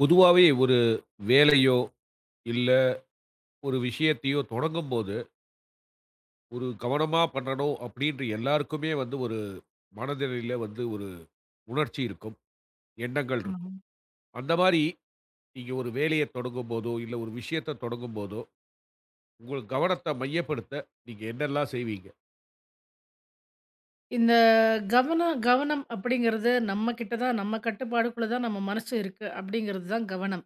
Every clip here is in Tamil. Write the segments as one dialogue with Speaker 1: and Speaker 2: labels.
Speaker 1: பொதுவாவே ஒரு வேலையோ, இல்ல ஒரு விஷயத்தையோ தொடங்கும்போது, ஒரு கவனமா பண்ணணும் அப்படின்ற எல்லாருக்குமே வந்து ஒரு மனநிலையில வந்து ஒரு உணர்ச்சி இருக்கும். எண்ணங்கள் இருக்கும்.
Speaker 2: ஆமாங்க.
Speaker 1: அந்த மாரி நீங்க ஒரு வேலைய தொடங்கும்போதோ, இல்ல ஒரு விஷயத்த தொடங்கும்போதோ, உங்க கவனத்த மையப்படுத்த நீங்க என்னெல்லாம் செய்வீங்க?
Speaker 2: இந்த கவனம் கவனம் அப்படிங்கிறது நம்ம கிட்ட தான், நம்ம கட்டுப்பாடுக்குள்ள தான் நம்ம மனசு இருக்கு அப்படிங்கிறது தான் கவனம்.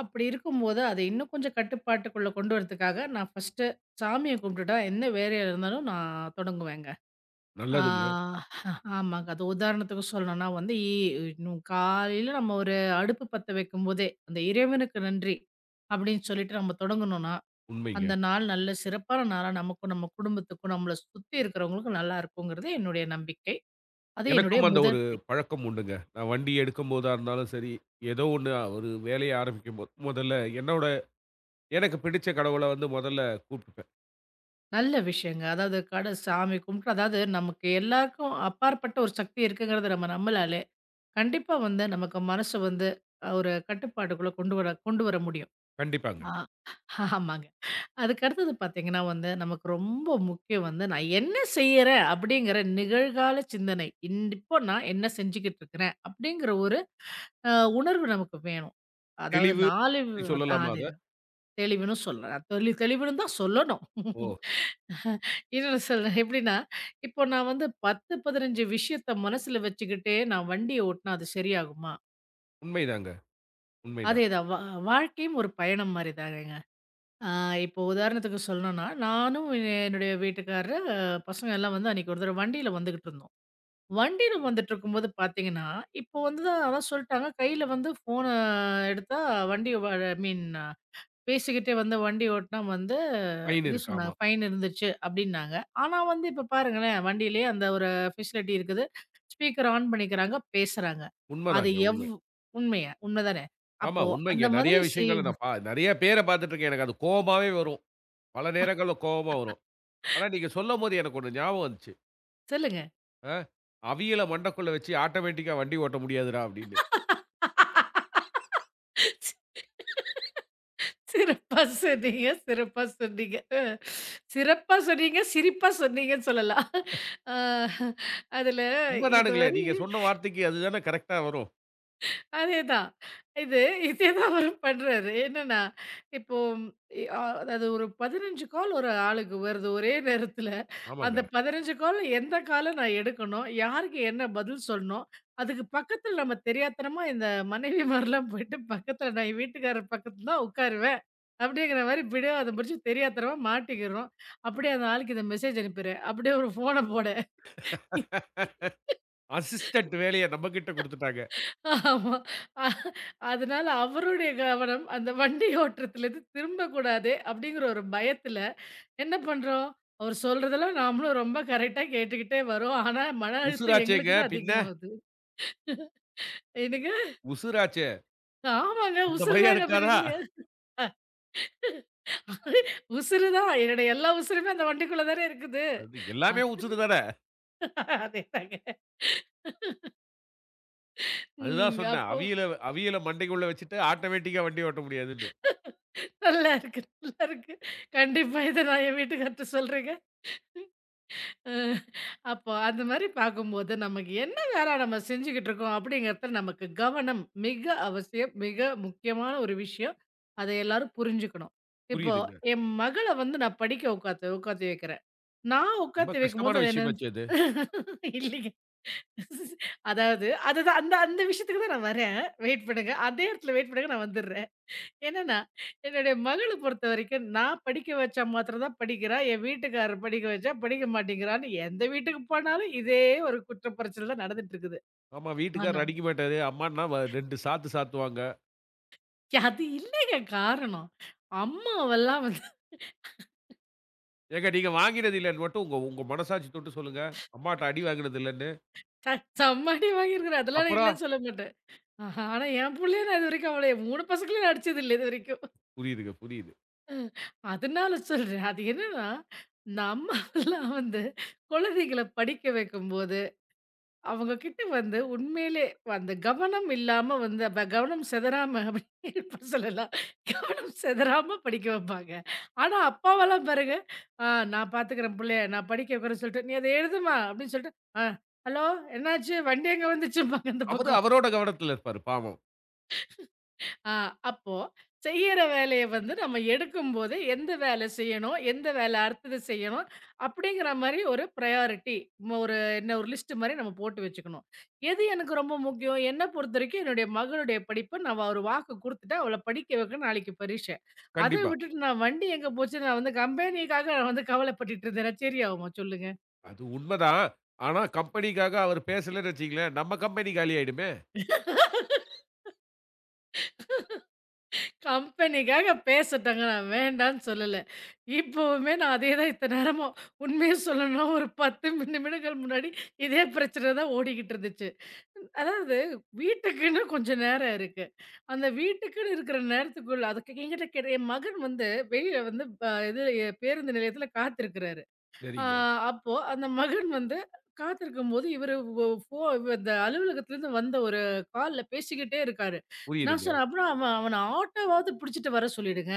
Speaker 2: அப்படி இருக்கும்போது அதை இன்னும் கொஞ்சம் கட்டுப்பாட்டுக்குள்ள கொண்டு வரதுக்காக நான் ஃபர்ஸ்ட்டு சாமிய கும்பிட்டுட்டா என்ன வேலையா இருந்தாலும் நான் தொடங்குவேங்க. ஆ
Speaker 1: நல்லதுங்க.
Speaker 2: ஆமாங்க. அது உதாரணத்துக்கு சொல்லணும்னா வந்து இன்னும் காலையில நம்ம ஒரு அடுப்பு பத்த வைக்கும்போதே, அந்த இறைவனுக்கு நன்றி அப்படின்னு சொல்லிட்டு நம்ம தொடங்குனோம்னா,
Speaker 1: உண்மைங்க.
Speaker 2: அந்த நாள் நல்ல சிறப்பான நாளா நமக்கும், நம்ம குடும்பத்துக்கும், நம்மள சுத்தி இருக்கிறவங்களுக்கும் நல்லா இருக்குங்கிறது என்னுடைய நம்பிக்கை. அது என்னுடைய
Speaker 1: எனக்கும் அந்த ஒரு
Speaker 2: முதல் படி.
Speaker 1: பழக்கம் உண்டுங்க. நான் வண்டி எடுக்கும்போதா இருந்தாலும் சரி, ஏதோ ஒண்ணு ஒரு வேலைய ஆரம்பிக்கும்போது, முதல்ல எனக்கு பிடிச்ச கடவுள வந்து முதல்ல கூப்பிட்டுப்பேன்.
Speaker 2: நல்ல விஷயங்க. அதாவது கட சாமி கும்பிட்டு அதாவது நமக்கு எல்லாருக்கும் அப்பாற்பட்ட ஒரு சக்தி இருக்குங்கிறத நம்ம நம்புனாலே, கண்டிப்பா வந்து நமக்கு மனசு வந்து ஒரு கட்டுப்பாட்டுக்குள்ள கொண்டு வர முடியும்.
Speaker 1: கண்டிப்பாங்க.
Speaker 2: ஆ ஆமாங்க. அதுக்கு அடுத்தது பார்த்தீங்கன்னா வந்து, நமக்கு ரொம்ப முக்கியம் வந்து, "நான் என்ன செய்யறேன்?" அப்படிங்கிற நிகழ்கால சிந்தனை. இப்போ நான் என்ன செஞ்சுகிட்டு இருக்கிறேன்? அப்படிங்கிற ஒரு அ உணர்வு நமக்கு வேணும். அதாவது
Speaker 1: தெளிவு
Speaker 2: 4
Speaker 1: அப்படி சொல்லலாமா அத?
Speaker 2: அதேதான் தெளிவுன்னு சொல்லலாம். தெளிவுன்னு தான் சொல்லணும்.
Speaker 1: ஓ!
Speaker 2: இல்ல சொல்றேன். எப்படின்னா, இப்போ நான் வந்து 10, 15 விஷயத்த மனசுல வச்சுக்கிட்டே நான் வண்டிய ஓட்டுனா அது சரியாகுமா?
Speaker 1: உண்மைதாங்க. உண்மைதான்.
Speaker 2: அதேதான். வாழ்க்கையும் ஒரு பயணம் மாரி தானேங்க. ஆ இப்போ உதாரணத்துக்கு சொல்லணும்னா, நானும் என்னுடைய வீட்டுக்காரரு, பசங்க எல்லாம் வந்து அன்னைக்கு ஒரு தடவ வண்டியில வந்துகிட்டு இருந்தோம். வண்டியில வந்துட்டு இருக்கும்போது பார்த்தீங்கன்னா, இப்போ வந்து தான் அதான் சொல்ட்டாங்க, கையில வந்து ஃபோன எடுத்தா வண்டி வ ஐ மீன் பேசிக்கிட்டே வந்து வண்டி ஓட்டினா வந்து
Speaker 1: மைன்
Speaker 2: இது
Speaker 1: இருக்கு.
Speaker 2: சொன்னாங்க,
Speaker 1: ஆமா.
Speaker 2: ஃபைன் இருந்துச்சு அப்டின்னாங்க. ஆனா வந்து இப்ப பாருங்களேன், வண்டியிலேயே அந்த ஒரு ஃபெசிலிட்டி இருக்குது. ஸ்பீக்கர் ஆன் பண்ணிக்கிறாங்க, பேசுறாங்க. அது
Speaker 1: உண்மதாங்க.
Speaker 2: எவ்
Speaker 1: உண்மை.
Speaker 2: உண்மையா உண்மதானே?
Speaker 1: ஆமா,
Speaker 2: அப்போ அந்த
Speaker 1: உண்மைங்க. நெறைய
Speaker 2: மாதிரி
Speaker 1: விஷயங்கள
Speaker 2: செய்யும்
Speaker 1: நான் நெறைய பேர பார்த்துட்டுருக்கேன். எனக்கு அது கோவமாவே வரும். பல நேரங்கள்ல கோவமா வரும். ஆனா நீங்க சொல்லும்போது எனக்கு ஒண்ணு ஞாபகம் வந்துச்சு.
Speaker 2: சொல்லுங்க.
Speaker 1: அ "அவியல மண்டைக்குள்ள வச்சு ஆட்டோமேட்டிக்கா வண்டி ஓட்ட முடியாதுடா" அப்படின்னு.
Speaker 2: சிறப்பா சொன்னீங்க, சிறப்பா சொன்னீங்க. சிறப்பா சொன்னீங்க, சிரிப்பா சொன்னீங்கன்னு சொல்லலாம். அ அதுல
Speaker 1: உண்மதானுங்களே.
Speaker 2: இதுவரை
Speaker 1: நீங்க சொன்ன வார்த்தைக்கு அதுதானே கரெக்ட்டா வரும்.
Speaker 2: அதேதான். இது இதேதான் அவரும் பண்றாரு. என்னன்னா, இப்போ இ அ அதாவது ஒரு 15 கால் ஒரு ஆளுக்கு வருது ஒரே நேரத்துல.
Speaker 1: ஆமாங்க.
Speaker 2: அந்த 15 கால்ல எந்த கால நான் எடுக்கணும்? யாருக்கு என்ன பதில் சொல்லணும்? அதுக்கு பக்கத்துல நம்ம தெரியாத்தனமா இந்த மனைவிமார்லாம் போயிட்டு பக்கத்துல நான் என் வீட்டுக்காரர் பக்கத்துல தான் உட்காருவேன். அப்படிங்கிற மாரி பிடிவாதம் பிடிச்சு தெரியாத்தனமா மாட்டிக்கிறோம். அப்படியே அந்த ஆளுக்கு இந்த மெசேஜ் அனுப்பிடுறேன். அப்படியே ஒரு ஃபோன போடேன்.
Speaker 1: அசிஸ்டன்ட் வேலைய நம்மகிட்ட குடுத்துட்டாங்க.
Speaker 2: ஆமா. அ அதனால அவருடைய கவனம் அந்த வண்டி ஓட்டத்திலேருந்து திரும்பக்கூடாதே அப்படிங்கிற ஒரு பயத்துல என்ன பண்றோம், அவர் சொல்றதெல்லாம் நாமளும் ரொம்ப கரெக்ட்டா கேட்டுக்கிட்டே வரோம். ஆனா, மன அழுத்தம் எங்களுக்கு
Speaker 1: உசுராச்சேங்க
Speaker 2: தான்
Speaker 1: பின்ன.
Speaker 2: அதிகமாகுது. என்னங்க?
Speaker 1: உசுராச்சே.
Speaker 2: ஆமாங்க.
Speaker 1: இந்த
Speaker 2: உசுரு
Speaker 1: பயம்
Speaker 2: தாங்க அப்புறம்
Speaker 1: இருக்காதா?
Speaker 2: இல்லையா? உசுரு தான். என்னுடைய எல்லா உசுருமே அந்த வண்டிக்குள்ள தானே இருக்குது.
Speaker 1: அது எல்லாமே உசுரு
Speaker 2: அதுன்னு
Speaker 1: தான.
Speaker 2: அதேதாங்க.
Speaker 1: அதுதான்
Speaker 2: ம்.
Speaker 1: சொன்னேன்.
Speaker 2: அப்போ
Speaker 1: அவியல அவியல மண்டைக்குள்ள வச்சுட்டு ஆட்டோமேட்டிக்கா வண்டி ஓட்ட முடியாதுன்னு.
Speaker 2: நல்லா இருக்கு, நல்லா இருக்கு. கண்டிப்பா இத நான் என் வீட்டுக்கார்ட்ட சொல்றேங்க. அ அப்போ அந்த மாரி பார்க்கும்போது, நமக்கு என்ன வேலை நம்ம செஞ்சுகிட்டு இருக்கோம் அப்படிங்கிறதுல நமக்கு கவனம் மிக அவசியம். மிக முக்கியமான ஒரு விஷயம். அத எல்லாரும் புரிஞ்சுக்கணும். இப்போ
Speaker 1: புரியுதுங்க.
Speaker 2: என் மகள வந்து நான் படிக்க உட்காத்தி வைக்கிறேன். நான்
Speaker 1: ரொம்ப
Speaker 2: உட்காத்தி
Speaker 1: கஷ்டமான
Speaker 2: வைக்கும்போது அது என்ன
Speaker 1: விஷயமாச்சே அது.
Speaker 2: இல்லைங்க. அதாவது அதுதான் அந்த அந்த விஷயத்துக்கு தான் நான் வரேன். வெயிட் பண்ணுங்க. அதே இடத்துல வெயிட் பண்ணுங்க நான் வந்துடுறேன். என்னன்னா, என்னுடைய மகள பொறுத்தவரைக்கும், நான் படிக்க வச்சா மாத்திரம் தான் படிக்கிறா. என் வீட்டுக்காரர் படிக்க வச்சா படிக்க மாட்டேங்கிறான்னு, எந்த வீட்டுக்கு போனாலும் இதே ஒரு குற்ற பரிச்சல் தான் நடந்துட்டு இருக்குது.
Speaker 1: ஆமா.
Speaker 2: ஆனா,
Speaker 1: வீட்டுக்காரர் அடிக்க மாட்டாரு. அம்மான்னா 2 சாத்து சாத்துவாங்க.
Speaker 2: அது இல்லைங்க காரணம். அம்மாவெல்லாம் வந்து
Speaker 1: "ஏங்க நீங்க வாங்கினது இல்லன்னு மட்டும் உங்க உங்க மனசாட்சி தொட்டு சொல்லுங்க. அம்மாட்ட அடி வாங்கினது இல்லன்னு."
Speaker 2: ச சம்மாடி வாங்கியிருக்கிறேன். அதெல்லாம் நான்
Speaker 1: அப்புறம்?
Speaker 2: இல்லன்னு சொல்ல மாட்டேன். ஆஹா, ஆனா, என் புள்ளைய நான் இதுவரைக்கும் அவள என் 3 பசங்களையும் நான் அடிச்சது இல்ல இதுவரைக்கும்.
Speaker 1: புரியுதுங்க, புரியுது.
Speaker 2: அதனால சொல்றேன். அது என்னன்னா, இந்த அம்மாவெல்லாம் வந்து குழந்தைகள படிக்க வைக்கும்போது அவங்க கிட்ட வந்து உண்மையிலே அந்த கவனம் இல்லாம வந்து அப்ப கவனம் செதறாம அப்படின்னு இப்ப சொல்லலாம். கவனம் செதறாம படிக்க வைப்பாங்க. ஆனா, அப்பாவெல்லாம் பாருங்க, "ஆ நான் பார்த்துக்கிறேன் புள்ளைய, நான் படிக்க வைக்கிறேன்னு" சொல்லிட்டு, "நீ அத எழுதுமா" அப்படின்னு சொல்லிட்டு, ஹலோ என்னாச்சு? வண்டி எங்க வந்துச்சும்பாங்க அந்த
Speaker 1: அவரு
Speaker 2: பக்கம்."
Speaker 1: அவரோட கவனத்துல இருப்பாரு பாவம்.
Speaker 2: ஆ, அப்போ செய்யற வேலைய வந்து நம்ம எடுக்கும்போதே, எந்த வேலை செய்யணும்? எந்த வேலை அடுத்தது செய்யணும்? அப்படிங்கிற மாரி ஒரு ப்ரையாரிட்டி ஒரு என்ன ஒரு லிஸ்ட் மாரி நம்ம போட்டு வச்சுக்கணும். எது எனக்கு ரொம்ப முக்கியம்? என்ன பொறுத்தவரைக்கும் என்னுடைய மகளுடைய படிப்பு நான் ஒரு வாக்கு குடுத்துட்டேன். அவள படிக்க வைக்கணும் நாளைக்கு பரீட்சை. அத
Speaker 1: கண்டிப்பா.
Speaker 2: விட்டுட்டு நான் வண்டி எங்க போச்சுன்னு நான் வந்து கம்பெனிக்காக நான் வந்து கவலைப்பட்டுட்டு இருந்தேனா சரியாகுமா சொல்லுங்க?
Speaker 1: அது உண்மதான். ஆனா கம்பெனிக்காக அவர் பேசலன்னு வச்சுக்கங்களேன், நம்ம கம்பெனி காலியாயிடுமே!
Speaker 2: கம்பெனிக்காக பேசட்டங்க. நான் வேண்டான்னு சொல்லல. இப்பவுமே நான் அதே தான் இத்தன நேரமா. உண்மைய சொல்லணும்னா ஒரு 10 நிமிடங்கள் முன்னாடி இதே பிரச்சனை தான் ஓடிக்கிட்டு இருந்துச்சு. அதாவது வீட்டுக்குன்னு கொஞ்சம் நேரம் இருக்கு. அந்த வீட்டுக்குன்னு இருக்கிற நேரத்துக்குள்ள அதுக்கு என்கிட்ட கேட்ட என் மகன் வந்து வெளியில வந்து பேருந்து நிலையத்தில காத்திருக்கிறாரு. ஆ
Speaker 1: சரிங்க.
Speaker 2: அப்போ அந்த மகன் வந்து காத்திருக்கும்போது இவரு ஒ ஃபோ இந்த அலுவலகத்துலேருந்து வந்த ஒரு கால்ல பேசிக்கிட்டே இருக்காரு. நான்
Speaker 1: புரியுதுங்க.
Speaker 2: சொன்னேன், "அப்புறம் அவன் அவன ஆட்டோவாவது பிடிச்சிட்டு வர சொல்லிடுங்க.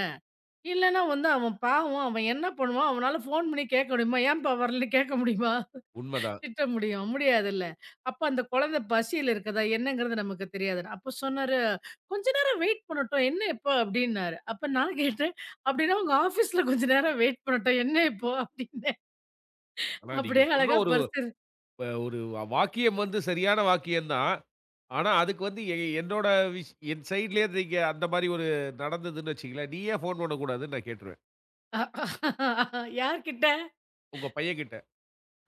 Speaker 2: இல்லன்னா வந்து அவன் பாவம் அவன் என்ன பண்ணுவான்? அவனால ஃபோன் பண்ணி கேட்க முடியுமா? ஏன்பா வரலன்னு கேட்க முடியுமா?
Speaker 1: உண்மதான்.
Speaker 2: திட்ட முடியும். முடியாதுல்ல. அப்ப அந்த குழந்தை பசியில இருக்குதா? என்னங்கிறது நமக்கு தெரியாது." அப்போ சொன்னாரு, "கொஞ்ச நேரம் வெயிட் பண்ணட்டும். என்ன இப்போ?" அப்படின்னாரு. அப்ப நான் கேட்டேன், "அப்படின்னா உங்க ஆஃபீஸ்ல கொஞ்ச நேரம் வெயிட் பண்ணட்டும். என்ன இப்போ?" அப்படின்னேன்.
Speaker 1: ஆனா நீங்க
Speaker 2: அப்படியே
Speaker 1: சொன்ன
Speaker 2: அழகா பர்ஸ்
Speaker 1: ஒரு வாக்கியம் வந்து சரியான வாக்கியம் தான். ஆனா, அதுக்கு வந்து என்னோட என் சைட்லயே நீங்க அந்த மாரி ஒரு நடந்ததுன்னு வச்சுக்கங்களேன், நீ ஏன் ஃபோன் பண்ணக்கூடாதுன்னு நான் கேட்டுருவேன்.
Speaker 2: அ யார்கிட்ட?
Speaker 1: உங்க பையன்கிட்ட.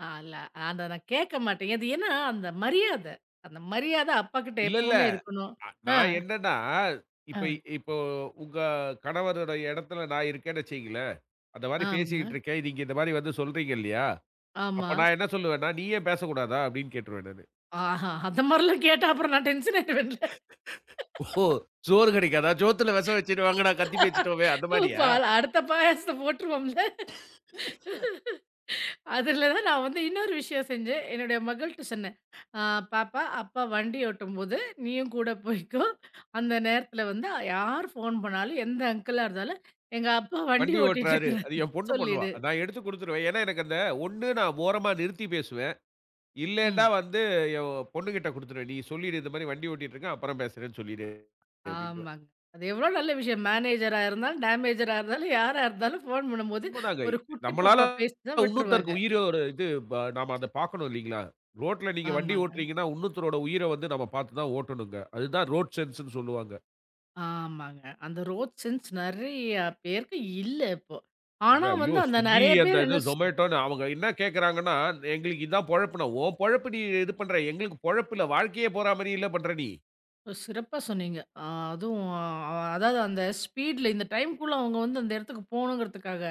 Speaker 2: அல்ல. அத நான் கேட்க மாட்டேன். அது ஏன்னா, அந்த மரியாத. அந்த மரியாத அப்பாகிட்ட
Speaker 1: இல்ல, இல்ல.
Speaker 2: எப்பவுமே இருக்கணும். அ,
Speaker 1: நான் என்னன்னா, இப்ப
Speaker 2: அ,
Speaker 1: இப்போ உங்க கணவரோட இடத்துல நான் இருக்கேன்னு வச்சுக்கங்களேன், அந்த மாரி
Speaker 2: ஆமா,
Speaker 1: பேசிக்கிட்டு இருக்கேன். நீங்க இந்த மாரி வந்து சொல்றீங்க இல்லையா?
Speaker 2: ஆமா.
Speaker 1: அப்ப நான் என்ன சொல்லுவேன்னா, "நீ ஏன் பேசக்கூடாதா?" அப்படின்னு கேட்டுருவேன் நானு.
Speaker 2: ஆஹா! அந்த மாரிலாம் கேட்டா அப்புறம் நான் டென்ஷன் ஆயிருவேன்ல.
Speaker 1: ஓஹோ! சோறு கிடைக்காதா? சோத்துல விஷம் வச்சுடுவாங்கடா கத்தி பேசிட்டோமே அந்த மாரியா?
Speaker 2: பால் அடுத்த பாயாசத்த போட்டுருவோம்ல. அதுல தான் நான் வந்து இன்னொரு விஷயம் செஞ்சேன். என்னுடைய மகள்ட்ட சொன்னேன். "அ பாப்பா, அப்பா வண்டி ஓட்டும்போது நீயும் கூட போய்க்கோ. அந்த நேரத்துல வந்து யார் ஃபோன் பண்ணாலும், எந்த அங்கிளா இருந்தாலும், எங்க அப்பா வண்டி
Speaker 1: வண்டி
Speaker 2: ஓட்டிட்டு
Speaker 1: ஓட்டுறாரு. அது
Speaker 2: இருக்கிறாரு
Speaker 1: என் பொண்ணு பண்ணுவா.
Speaker 2: சொல்லிடு."
Speaker 1: நான் எடுத்து குடுத்துருவேன். ஏன்னா, எனக்கு அந்த 1 நான் ஓரமா நிறுத்தி பேசுவேன். இல்லன்னா
Speaker 2: ம்.
Speaker 1: வந்து என் பொண்ணுகிட்ட குடுத்துருவேன். "நீ சொல்லிடு இந்த மாரி வண்டி ஓட்டிட்டு இருக்கேன். அப்புறம் பேசுறேன்னு சொல்லிடு" அப்படின்டுவேன்.
Speaker 2: ஆமாங்க. அது எவ்ளோ நல்ல விஷயம். மேனேஜரா இருந்தாலும், டேமேஜரா இருந்தாலும், யாரா இருந்தாலும் ஃபோன் பண்ணும்போது
Speaker 1: உண்மதாங்க.
Speaker 2: ஒரு குட்டி
Speaker 1: நம்மளால
Speaker 2: பாப்பா பேசி தான் விட்டுருவாங்க.
Speaker 1: இன்னொருத்தருக்கு உயிர ஒரு இது நாம அத பார்க்கணும் இல்லீங்களா? ரோட்ல நீங்க வண்டி
Speaker 2: ஆமாங்க,
Speaker 1: ஓட்டுறீங்கன்னா, இன்னொருத்தரோட உயிர வந்து நம்ம பார்த்து தான் ஓட்டணுங்க. அதுதான் ரோட் சென்ஸ்ன்னு சொல்லுவாங்க.
Speaker 2: ஆமாங்க. அந்த ரோட் சென்ஸ் நெறையா பேருக்கு இல்ல இப்போ.
Speaker 1: ஏங்க
Speaker 2: ஆனா
Speaker 1: ஐயோ!
Speaker 2: வந்து அந்த
Speaker 1: Swiggy
Speaker 2: நெறைய
Speaker 1: அந்த
Speaker 2: பேர்
Speaker 1: இது
Speaker 2: என்ன ஸ்
Speaker 1: Zomatoன்னு அவங்க என்ன கேட்கறாங்கன்னா, "எங்களுக்கு இதான் பொழப்புன்னா" "உன் பொழப்பு நீ இது பண்ற. எங்களுக்கு பொழப்பு இல்ல. வாழ்க்கையே போற மாரி இல்ல பண்ற நீ."
Speaker 2: சிறப்பா சொன்னீங்க. அ அதுவும் அ அதாவது அந்த ஸ்பீட்ல இந்த டைம்க்குள்ள அவங்க வந்து அந்த இடத்துக்கு போணுங்கிறதுக்காக,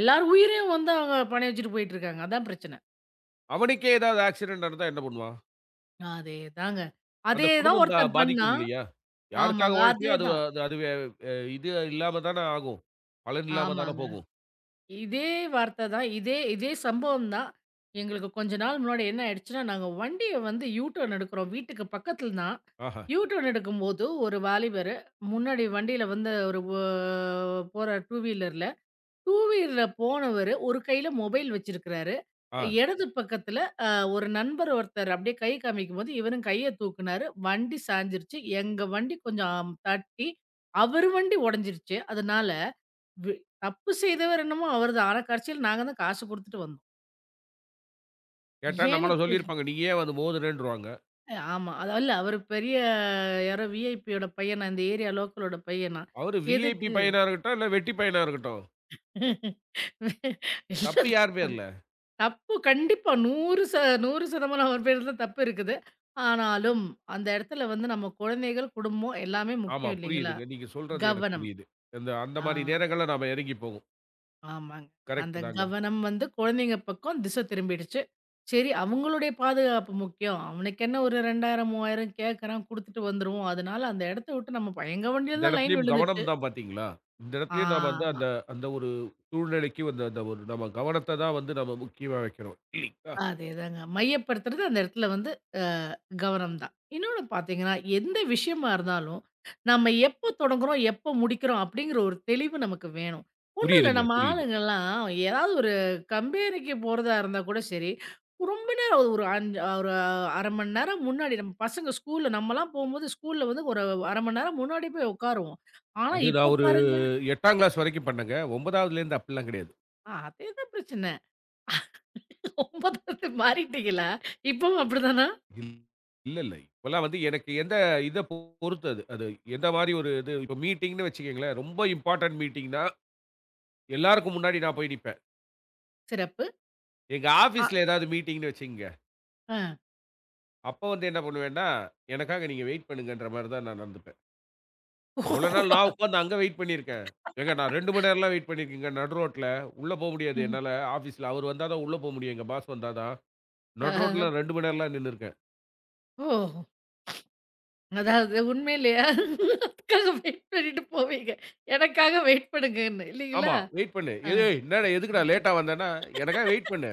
Speaker 2: எல்லார் உயிரையும் வந்து அவங்க பணயம் வச்சுட்டு போயிட்டுருக்காங்க. அதான் பிரச்சனை.
Speaker 1: அவனுக்கே ஏதாவது ஆக்சிடென்ட் நடந்தா என்ன பண்ணுவான்?
Speaker 2: அதேதாங்க.
Speaker 1: அந்த
Speaker 2: அதே தான்
Speaker 1: குடும்பம்
Speaker 2: ஒருத்தன்
Speaker 1: பாதிக்கும்
Speaker 2: பண்ணான்.
Speaker 1: இல்லையா?
Speaker 2: ஆமாங்க.
Speaker 1: யாருக்காக உழைச்சியோ அது
Speaker 2: அதேதான்.
Speaker 1: அது அது வே இது இல்லாம தான ஆகும். பலன் இல்லாம தான
Speaker 2: ஆமாங்க.
Speaker 1: போகும்.
Speaker 2: இதே வார்த்தை தான். இதே இதே சம்பவம் தான். எங்களுக்கு கொஞ்ச நாள் முன்னாடி என்ன ஆயிடுச்சுன்னா, நாங்க வண்டிய வந்து யூ டர்ன் எடுக்கிறோம். வீட்டுக்கு பக்கத்துல தான்.
Speaker 1: ஆஹா!
Speaker 2: யூ டர்ன் எடுக்கும்போது ஒரு வாலிபரு முன்னாடி வண்டியில வந்து ஒரு ஒ போற டூ வீலர்ல. டூ வீலர்ல போனவரு ஒரு கையில மொபைல் வச்சிருக்கிறாரு.
Speaker 1: ஆ
Speaker 2: இடது பக்கத்துல அ ஒரு நண்பர் ஒருத்தர் அப்படியே கை காமிக்கும்போது, இவரும் கைய தூக்குனாரு. வண்டி சாஞ்சிருச்சு. எங்க வண்டி கொஞ்சம் தட்டி, அவரு வண்டி உடைஞ்சிருச்சு. அதனால வி தப்பு செய்தவர் என்னமோ அவர்தான். ஆனா கடைசியில நாங்க தான் காசு குடுத்துட்டு வந்தோம்.
Speaker 1: கேட்டா
Speaker 2: ஏன்னு
Speaker 1: நம்மள
Speaker 2: கே
Speaker 1: சொல்லியிருப்பாங்க. நீ ஏன் வந்து மோதுனேன்ருவாங்க.
Speaker 2: ஆமா. அது இல்ல அவரு பெரிய யாரோ விஐபியோட பையனா, இந்த ஏரியா லோக்கலோட பையனா.
Speaker 1: அவரு விஐபி
Speaker 2: எதுக்கு?
Speaker 1: பையனா இருக்கட்டும், இல்ல வெட்டி பையனா இருக்கட்டும்.
Speaker 2: இல்ல
Speaker 1: தப்பு யார் பேர்ல?
Speaker 2: தப்பு கண்டிப்பா 100% அவர் பேர்ல தான் தப்பு இருக்குது. ஆனாலும் அந்த இடத்துல வந்து நம்ம குழந்தைகள், குடும்பம் எல்லாமே
Speaker 1: ஆமா
Speaker 2: முக்கியம் இல்லைங்களா?
Speaker 1: புரியுதுங்க. நீங்க சொல்றது எனக்கு
Speaker 2: கவனம்.
Speaker 1: புரியுது. அந்த
Speaker 2: ஆ.
Speaker 1: மாரி நேரங்கள்ல நாம இறங்கி போவோம்.
Speaker 2: ஆமாங்க. அந்த
Speaker 1: கரெக்ட் தாங்க.
Speaker 2: கவனம் வந்து குழந்தைங்க பக்கம் திசை திரும்பிடுச்சு. சரி அவங்களுடைய பாதுகாப்பு முக்கியம். அவனுக்கு என்ன ஒரு 2000, 3000 கேட்கறான் குடுத்துட்டு வந்துருவோம். அதனால அந்த இடத்த விட்டு நம்ம எங்க
Speaker 1: இந்த
Speaker 2: வண்டியில தான் லைன்
Speaker 1: இடத்துலயும்
Speaker 2: விழுந்துச்சு.
Speaker 1: கவனம் தான் பார்த்தீங்களா? இந்த இடத்துலயும் நாம வந்து
Speaker 2: ஆமா.
Speaker 1: அந்த அந்த ஒரு சூழ்நிலைக்கு வந்து அந்த ஒரு நம்ம கவனத்த தான் வந்து நம்ம முக்கியமா வைக்கிறோம். இல்லீங்களா?
Speaker 2: அதேதாங்க. மையப்படுத்துறது அந்த இடத்துல வந்து அ கவனம் தான். இன்னொன்னு பார்த்தீங்கன்னா, எந்த விஷயமா இருந்தாலும், நம்ம எப்போ தொடங்குறோம், எப்போ முடிக்கிறோம் அப்படிங்கிற ஒரு தெளிவு நமக்கு வேணும். ஒண்ணும் இல்ல
Speaker 1: புரியுதுங்க,
Speaker 2: நம்ம
Speaker 1: புரியுது.
Speaker 2: ஆளுங்கலாம் ஏதாவது ஒரு கம்பெனிக்கு போறதா இருந்தா கூட சரி, ரொம்ப நேரம் ஒரு 5 ஒரு 1/2 மணி நேரம் முன்னாடி நம்ம பசங்க ஸ்கூல்ல நம்மலாம் போம்போது ஸ்கூல்ல வந்து ஒரு 1/2 மணி நேரம் முன்னாடி போய் உட்காருவோம். ஆனா
Speaker 1: அது நான்
Speaker 2: இப்ப
Speaker 1: ஒரு
Speaker 2: பாருங்க
Speaker 1: 8ஆம் கிளாஸ் வரைக்கும் பண்ணேங்க. 9வதுலேருந்து அப்படிலாம் கிடையாது.
Speaker 2: அதேதான் பிரச்சனை. 9வது மாறிட்டீங்களா? இப்பவும் அப்படிதானா?
Speaker 1: இல் இல்ல, இல்ல. இப்போலாம் வந்து எனக்கு எந்த இத பொறுத்து அது. அது எந்த மாரி ஒரு இது இப்போ மீட்டிங்ன்னு வச்சுக்கங்களேன், ரொம்ப இம்பார்ட்டன்ட் மீட்டிங்னா, எல்லாருக்கும் முன்னாடி நான் போய் நிப்பேன்.
Speaker 2: சிறப்பு.
Speaker 1: எங்க
Speaker 2: அ.
Speaker 1: ஆஃபீஸ்ல ஏதாவது மீட்டிங்ன்னு வச்சுக்கங்க,
Speaker 2: ஆ.
Speaker 1: அப்ப வந்து என்ன பண்ணுவேன்னா, எனக்காக நீங்க வெயிட் பண்ணுங்கன்ற மாரி தான் நான் நடந்துப்பேன். எவ்வளோ நாள் நான் உட்காந்து அங்க வெயிட் பண்ணியிருக்கேன். ஏங்க நான் 2 மணி நேரம்லாம் வெயிட் பண்ணியிருக்கேங்க நடு ரோட்ல. உள்ள போ முடியாது
Speaker 2: ம்.
Speaker 1: என்னால ஆஃபீஸ்ல. அவரு வந்தா தான் உள்ள போ முடியும். எங்க பாஸ் வந்தா தான். நடு
Speaker 2: ஆ
Speaker 1: ரோட்ல 2 மணி நேரம்லாம் நின்னுருக்கேன்.
Speaker 2: ஓ! அதாவது உண்மையிலயா? அதுக்காக வெயிட் பண்ணிட்டு போவீங்க. எனக்காக வெயிட் பண்ணுங்கன்னு இல்லீங்களா?
Speaker 1: ஆமா. வெயிட் பண்ணு.
Speaker 2: ஆ.
Speaker 1: "ஏய் ஏய் என்னடா எதுக்குடா லேட்டா வந்தேன்னா?" "எனக்காக வெயிட் பண்ணு.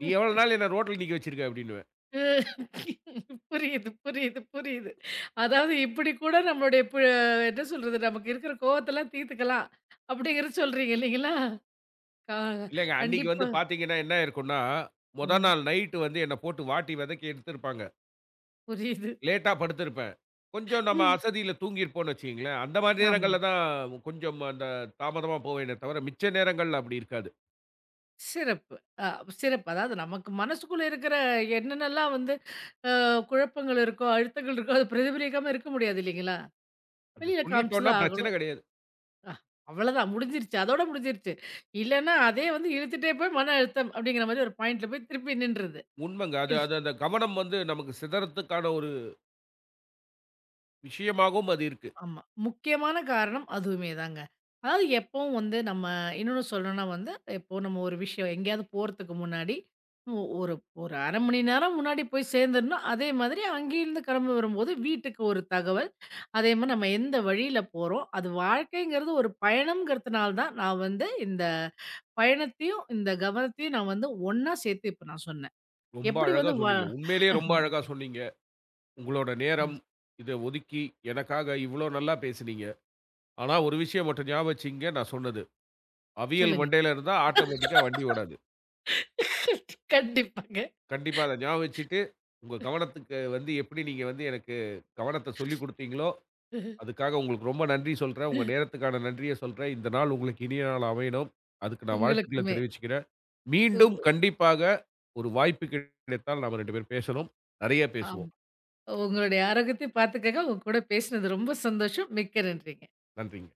Speaker 1: நீ எவ்வளோ நாள் என்ன ரோட்ல நிக்க வச்சிருக்க?" அப்படின்னுவேன்.
Speaker 2: புரியுது, புரியுது, புரியுது. அதாவது இப்படி கூட நம்மளுடைய பு என்ன சொல்றது? நமக்கு இருக்கிற கோவத்தெல்லாம் தீர்த்துக்கலாம். அப்படிங்கிறது சொல்றீங்க இல்லீங்களா? கா
Speaker 1: இல்லங்க அன்னைக்கு
Speaker 2: கண்டிப்பா.
Speaker 1: வந்து பார்த்தீங்கன்னா, என்ன இருக்கும்ன்னா, மொத
Speaker 2: ம்.
Speaker 1: நாள் நைட்டு வந்து என்ன போட்டு வாட்டி வதக்கி எடுத்திருப்பாங்க.
Speaker 2: புரியுது.
Speaker 1: லேட்டா படுத்திருப்பேன். கொஞ்சம் நம்ம
Speaker 2: ம்.
Speaker 1: அசதியில தூங்கியிருப்போம்னு வச்சுக்கங்களேன். அந்த மாரி
Speaker 2: ஆமா.
Speaker 1: நேரங்கள்ல தான் கொஞ்சம் அந்த தாமதமா போவேனே தவிர, மிச்ச நேரங்கள்ல அப்படி இருக்காது.
Speaker 2: சிறப்பு. அ சிறப்பு. அதாவது நமக்கு மனசுக்குள்ள இருக்கிற என்னென்னலாம் வந்து அ குழப்பங்கள் இருக்கோ, அழுத்தங்கள் இருக்கோ, அது பிரதிபலிக்காம இருக்க முடியாது இல்லைங்களா?
Speaker 1: அது
Speaker 2: வெளியில காமிச்சு
Speaker 1: சொல்லிட்டோம்னா
Speaker 2: தான்
Speaker 1: பிரச்சனை
Speaker 2: ஆகணும்.
Speaker 1: கிடையாது.
Speaker 2: அ அவ்வளதான் முடிஞ்சிருச்சு. அதோட முடிஞ்சிருச்சு. இல்லன்னா அதே வந்து இழுத்துட்டே போய் மன அழுத்தம் அப்படிங்கிற மாரி ஒரு பாயிண்ட்ல போய் திருப்பி நின்றுது.
Speaker 1: உண்மைங்க. அது அது அந்த கவனம் வந்து நமக்கு சிதறத்துக்கான ஒரு விஷயமாகவும் அது இருக்கு.
Speaker 2: ஆமா. முக்கியமான காரணம் அதுவுமே தாங்க. அதாவது எப்பவும் வந்து நம்ம இன்னொன்னு சொல்லணும்னா வந்து, இப்போ நம்ம ஒரு விஷயம் எங்கேயாவது போறதுக்கு முன்னாடி, ஒ ஒரு ஒரு 1/2 மணி நேரம் முன்னாடி போய் சேர்ந்துரணும். அதே மாதிரி அங்கேருந்து கிளம்பி வரும்போது வீட்டுக்கு ஒரு தகவல். அதே மாரி நம்ம எந்த வழியில போறோம். அது வாழ்க்கைங்கிறது ஒரு பயணம்ங்கிறதுனால தான் நான் வந்து இந்த பயணத்தையும், இந்த கவனத்தையும் நான் வந்து ஒண்ணா சேர்த்து இப்ப நான் சொன்னேன்.
Speaker 1: ரொம்ப
Speaker 2: எப்படி
Speaker 1: அழகா
Speaker 2: வந்து வ
Speaker 1: சொன்னீங்க. உண்மையிலேயே ரொம்ப அழகா சொன்னீங்க. உங்களோட நேரம், இத ஒதுக்கி எனக்காக இவ்ளோ நல்லா பேசினீங்க. ஆனா ஒரு விஷயம் மட்டும் ஞாபகம் வச்சுக்கங்க நான் சொன்னது. அவியல்
Speaker 2: சொல்லுங்க.
Speaker 1: மண்டையில இருந்தா ஆட்டோமேட்டிக்கா வண்டி ஓடாது.
Speaker 2: கண்டிப்பாங்க.
Speaker 1: கண்டிப்பா அத ஞாபகம் வச்சுட்டு, உங்க கவனத்துக்கு வந்து எப்படி நீங்க வந்து எனக்கு கவனத்த சொல்லிக் குடுத்தீங்களோ, அதுக்காக உங்களுக்கு ரொம்ப நன்றி சொல்றேன். உங்க நேரத்துக்கான நன்றிய சொல்றேன். இந்த நாள் உங்களுக்கு இனிய நாள் அமையணும். அதுக்கு நான் வாழ்த்துக்கள
Speaker 2: உங்களுக்குமே.
Speaker 1: தெரிவிச்சுக்கிறேன். மீண்டும் கண்டிப்பாக ஒரு வாய்ப்பு கிடைத்தால் நாம 2 பேரும் பேசணும். நெறைய
Speaker 2: ஆமா.
Speaker 1: பேசுவோம்.
Speaker 2: உங்களுடைய ஆரோக்கியத்தையும் பார்த்துக்கங்க. உங்க கூட பேசினது ரொம்ப சந்தோஷம். மிக்க நன்றிங்க.
Speaker 1: நன்றிங்க.